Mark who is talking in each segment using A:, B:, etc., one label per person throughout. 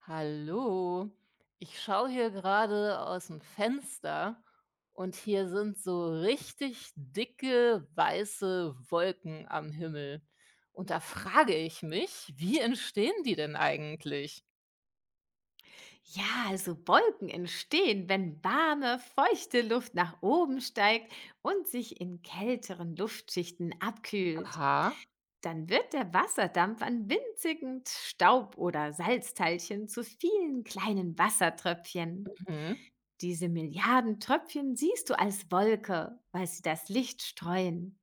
A: Hallo, ich schaue hier gerade aus dem Fenster und hier sind so richtig dicke weiße Wolken am Himmel. Und da frage ich mich, wie entstehen die denn eigentlich?
B: Ja, also Wolken entstehen, wenn warme, feuchte Luft nach oben steigt und sich in kälteren Luftschichten abkühlt.
A: Aha.
B: Dann wird der Wasserdampf an winzigen Staub- oder Salzteilchen zu vielen kleinen Wassertröpfchen.
A: Mhm.
B: Diese Milliarden Tröpfchen siehst du als Wolke, weil sie das Licht streuen.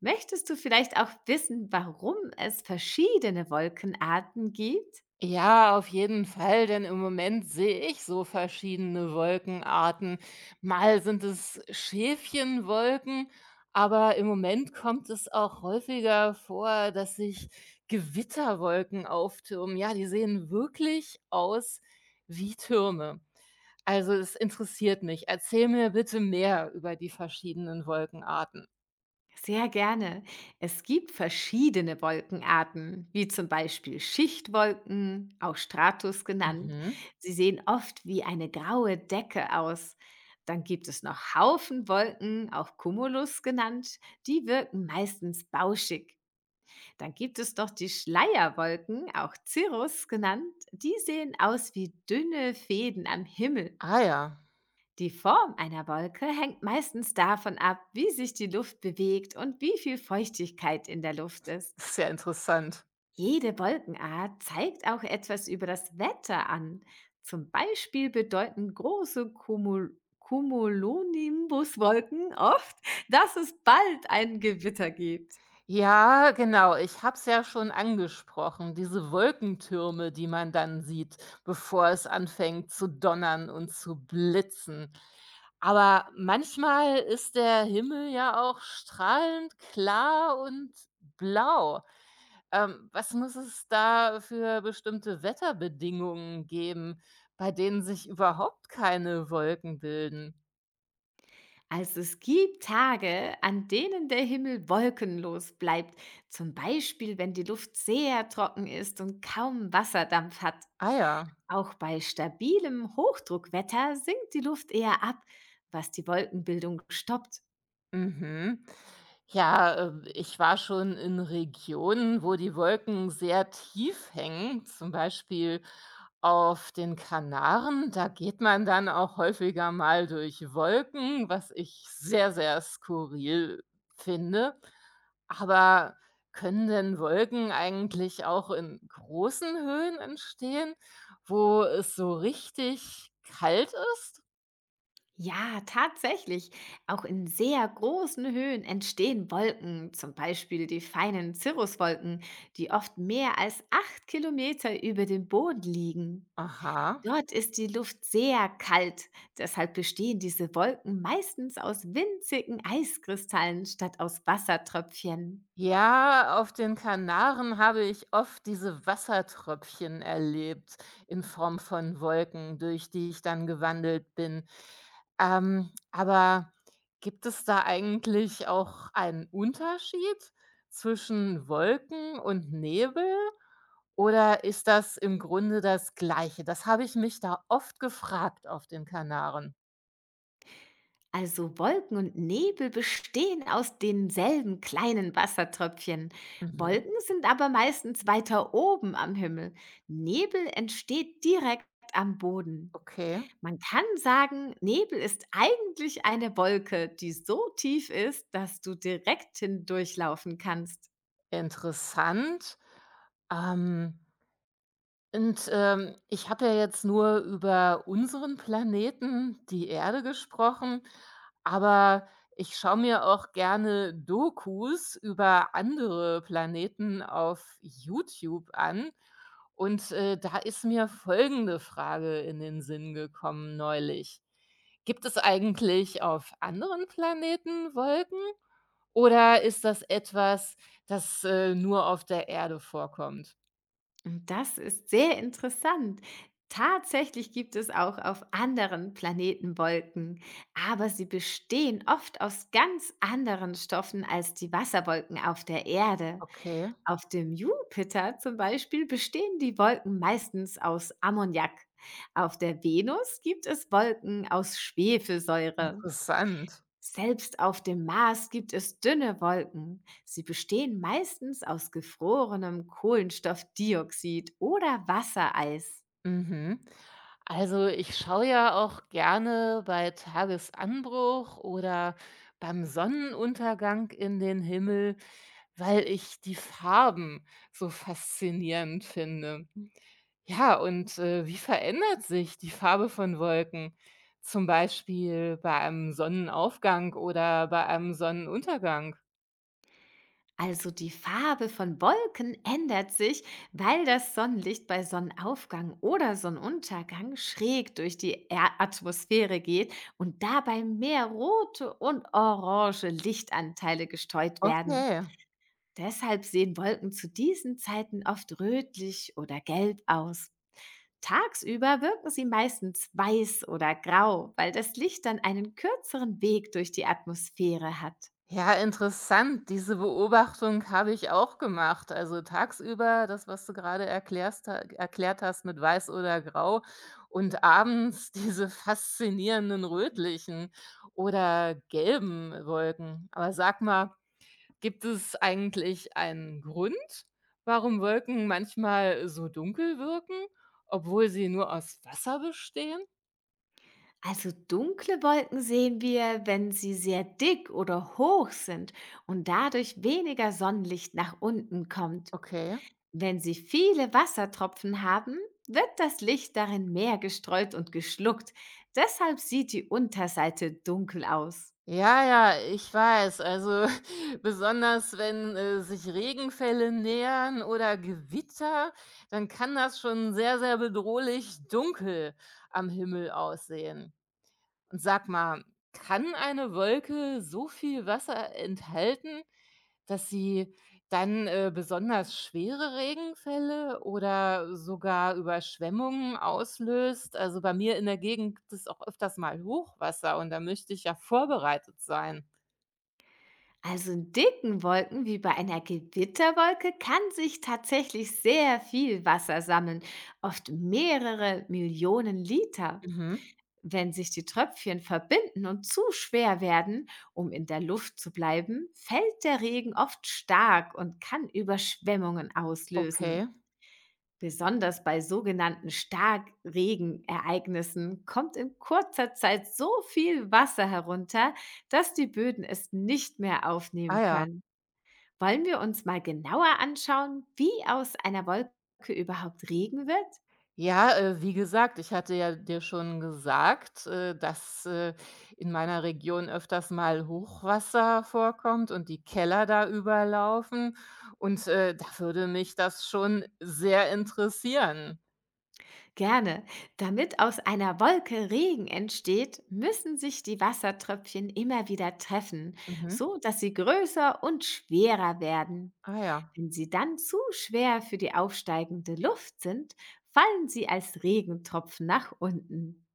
B: Möchtest du vielleicht auch wissen, warum es verschiedene Wolkenarten gibt?
A: Ja, auf jeden Fall, denn im Moment sehe ich so verschiedene Wolkenarten. Mal sind es Schäfchenwolken, aber im Moment kommt es auch häufiger vor, dass sich Gewitterwolken auftürmen. Ja, die sehen wirklich aus wie Türme. Also es interessiert mich. Erzähl mir bitte mehr über die verschiedenen Wolkenarten.
B: Sehr gerne. Es gibt verschiedene Wolkenarten, wie zum Beispiel Schichtwolken, auch Stratus genannt.
A: Mhm.
B: Sie sehen oft wie eine graue Decke aus. Dann gibt es noch Haufenwolken, auch Cumulus genannt. Die wirken meistens bauschig. Dann gibt es noch die Schleierwolken, auch Cirrus genannt. Die sehen aus wie dünne Fäden am Himmel.
A: Ah ja,
B: Die Form einer Wolke hängt meistens davon ab, wie sich die Luft bewegt und wie viel Feuchtigkeit in der Luft ist.
A: ist ja interessant.
B: Jede Wolkenart zeigt auch etwas über das Wetter an. Zum Beispiel bedeuten große Cumulonimbuswolken oft, dass es bald ein Gewitter gibt.
A: Ja, genau. Ich habe es ja schon angesprochen, diese Wolkentürme, die man dann sieht, bevor es anfängt zu donnern und zu blitzen. Aber manchmal ist der Himmel ja auch strahlend klar und blau. Was muss es da für bestimmte Wetterbedingungen geben, bei denen sich überhaupt keine Wolken bilden?
B: Also es gibt Tage, an denen der Himmel wolkenlos bleibt, zum Beispiel wenn die Luft sehr trocken ist und kaum Wasserdampf hat.
A: Ah ja.
B: Auch bei stabilem Hochdruckwetter sinkt die Luft eher ab, was die Wolkenbildung stoppt.
A: Mhm. Ja, ich war schon in Regionen, wo die Wolken sehr tief hängen, zum Beispiel auf den Kanaren. Da geht man dann auch häufiger mal durch Wolken, was ich sehr, sehr skurril finde. Aber können denn Wolken eigentlich auch in großen Höhen entstehen, wo es so richtig kalt ist?
B: Ja, tatsächlich. Auch in sehr großen Höhen entstehen Wolken, zum Beispiel die feinen Cirruswolken, die oft mehr als 8 Kilometer über dem Boden liegen.
A: Aha.
B: Dort ist die Luft sehr kalt, deshalb bestehen diese Wolken meistens aus winzigen Eiskristallen statt aus Wassertröpfchen.
A: Ja, auf den Kanaren habe ich oft diese Wassertröpfchen erlebt in Form von Wolken, durch die ich dann gewandelt bin. Aber gibt es da eigentlich auch einen Unterschied zwischen Wolken und Nebel? Oder ist das im Grunde das Gleiche? Das habe ich mich da oft gefragt auf den Kanaren.
B: Also Wolken und Nebel bestehen aus denselben kleinen Wassertröpfchen.
A: Mhm.
B: Wolken sind aber meistens weiter oben am Himmel. Nebel entsteht direkt am Boden.
A: Okay,
B: Man kann sagen, Nebel ist eigentlich eine Wolke, die so tief ist, dass du direkt hindurchlaufen kannst.
A: interessant. Ähm, Und ich habe ja jetzt nur über unseren Planeten, die Erde, gesprochen, aber ich schaue mir auch gerne Dokus über andere Planeten auf YouTube an. Und da ist mir folgende Frage in den Sinn gekommen neulich: Gibt es eigentlich auf anderen Planeten Wolken oder ist das etwas, das nur auf der Erde vorkommt?
B: Und das ist sehr interessant. Tatsächlich gibt es auch auf anderen Planeten Wolken, aber sie bestehen oft aus ganz anderen Stoffen als die Wasserwolken auf der Erde.
A: Okay,
B: Auf dem Jupiter zum Beispiel bestehen die Wolken meistens aus Ammoniak. Auf der Venus gibt es Wolken aus Schwefelsäure.
A: interessant.
B: Selbst auf dem Mars gibt es dünne Wolken. Sie bestehen meistens aus gefrorenem Kohlenstoffdioxid oder Wassereis.
A: Mhm. Also ich schaue ja auch gerne bei Tagesanbruch oder beim Sonnenuntergang in den Himmel, weil ich die Farben so faszinierend finde. Ja, und wie verändert sich die Farbe von Wolken? Zum Beispiel bei einem Sonnenaufgang oder bei einem Sonnenuntergang.
B: Also die Farbe von Wolken ändert sich, weil das Sonnenlicht bei Sonnenaufgang oder Sonnenuntergang schräg durch die Erd- Atmosphäre geht und dabei mehr rote und orange Lichtanteile gestreut werden.
A: Okay.
B: Deshalb sehen Wolken zu diesen Zeiten oft rötlich oder gelb aus. Tagsüber wirken sie meistens weiß oder grau, weil das Licht dann einen kürzeren Weg durch die Atmosphäre hat.
A: Ja, interessant. Diese Beobachtung habe ich auch gemacht. Also tagsüber, das, was du gerade erklärst, erklärt hast mit Weiß oder Grau und abends diese faszinierenden rötlichen oder gelben Wolken. Aber sag mal, gibt es eigentlich einen Grund, warum Wolken manchmal so dunkel wirken, obwohl sie nur aus Wasser bestehen?
B: Also dunkle Wolken sehen wir, wenn sie sehr dick oder hoch sind und dadurch weniger Sonnenlicht nach unten kommt.
A: Okay.
B: Wenn sie viele Wassertropfen haben, wird das Licht darin mehr gestreut und geschluckt. Deshalb sieht die Unterseite dunkel aus.
A: Ja, ja, ich weiß. Also besonders wenn sich Regenfälle nähern oder Gewitter, dann kann das schon sehr, sehr bedrohlich dunkel am Himmel aussehen. Und sag mal, kann eine Wolke so viel Wasser enthalten, dass sie dann besonders schwere Regenfälle oder sogar Überschwemmungen auslöst? Also bei mir in der Gegend gibt es auch öfters mal Hochwasser und da möchte ich ja vorbereitet sein.
B: Also in dicken Wolken wie bei einer Gewitterwolke kann sich tatsächlich sehr viel Wasser sammeln, oft mehrere Millionen Liter.
A: Mhm.
B: Wenn sich die Tröpfchen verbinden und zu schwer werden, um in der Luft zu bleiben, fällt der Regen oft stark und kann Überschwemmungen
A: Okay.
B: auslösen. Besonders bei sogenannten Starkregenereignissen kommt in kurzer Zeit so viel Wasser herunter, dass die Böden es nicht mehr
A: Ah
B: aufnehmen
A: ja.
B: können. Wollen wir uns mal genauer anschauen, wie aus einer Wolke überhaupt Regen wird?
A: Ja, wie gesagt, ich hatte ja dir schon gesagt, dass in meiner Region öfters mal Hochwasser vorkommt und die Keller da überlaufen und da würde mich das schon sehr interessieren.
B: Gerne. Damit aus einer Wolke Regen entsteht, müssen sich die Wassertröpfchen immer wieder treffen,
A: Mhm.
B: so dass sie größer und schwerer werden.
A: Ah ja.
B: Wenn sie dann zu schwer für die aufsteigende Luft sind, fallen sie als Regentropfen nach unten.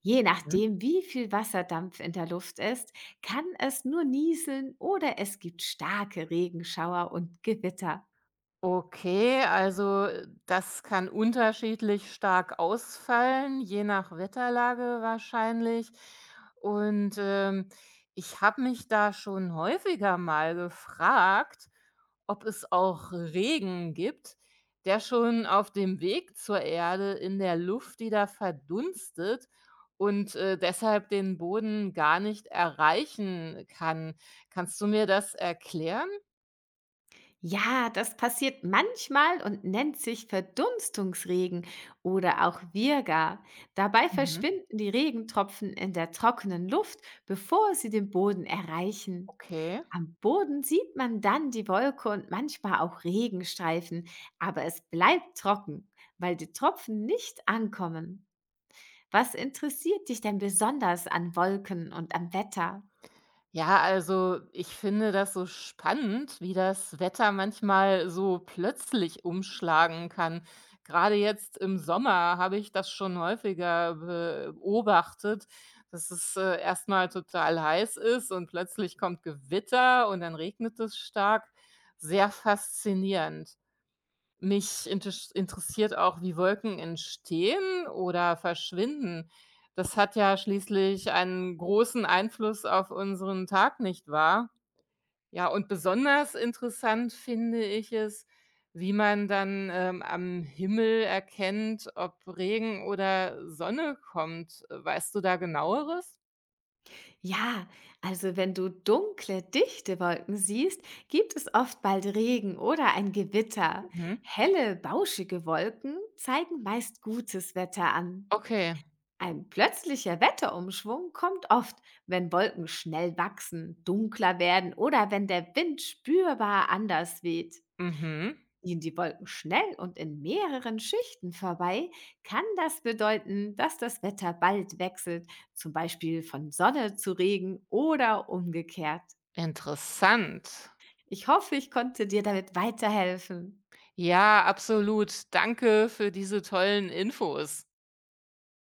B: Je
A: Mhm.
B: nachdem, wie viel Wasserdampf in der Luft ist, kann es nur nieseln oder es gibt starke Regenschauer und Gewitter.
A: Okay, also das kann unterschiedlich stark ausfallen, je nach Wetterlage wahrscheinlich. Und ich habe mich da schon häufiger mal gefragt, ob es auch Regen gibt, der schon auf dem Weg zur Erde in der Luft wieder verdunstet und deshalb den Boden gar nicht erreichen kann. Kannst du mir das erklären?
B: Ja, das passiert manchmal und nennt sich Verdunstungsregen oder auch Virga. Dabei
A: Mhm.
B: verschwinden die Regentropfen in der trockenen Luft, bevor sie den Boden erreichen.
A: Okay.
B: Am Boden sieht man dann die Wolke und manchmal auch Regenstreifen, aber es bleibt trocken, weil die Tropfen nicht ankommen. Was interessiert dich denn besonders an Wolken und am Wetter?
A: Ja, also ich finde das so spannend, wie das Wetter manchmal so plötzlich umschlagen kann. Gerade jetzt im Sommer habe ich das schon häufiger beobachtet, dass es erstmal total heiß ist und plötzlich kommt Gewitter und dann regnet es stark. Sehr faszinierend. Mich intes interessiert auch, wie Wolken entstehen oder verschwinden. Das hat ja schließlich einen großen Einfluss auf unseren Tag, nicht wahr? Ja, und besonders interessant finde ich es, wie man dann am Himmel erkennt, ob Regen oder Sonne kommt. Weißt du da Genaueres?
B: Ja, also wenn du dunkle, dichte Wolken siehst, gibt es oft bald Regen oder ein Gewitter.
A: Mhm.
B: Helle, bauschige Wolken zeigen meist gutes Wetter an.
A: Okay.
B: Ein plötzlicher Wetterumschwung kommt oft, wenn Wolken schnell wachsen, dunkler werden oder wenn der Wind spürbar anders weht.
A: Mhm.
B: Ziehen die Wolken schnell und in mehreren Schichten vorbei, kann das bedeuten, dass das Wetter bald wechselt, zum Beispiel von Sonne zu Regen oder umgekehrt.
A: Interessant.
B: Ich hoffe, ich konnte dir damit weiterhelfen.
A: Ja, absolut. Danke für diese tollen Infos.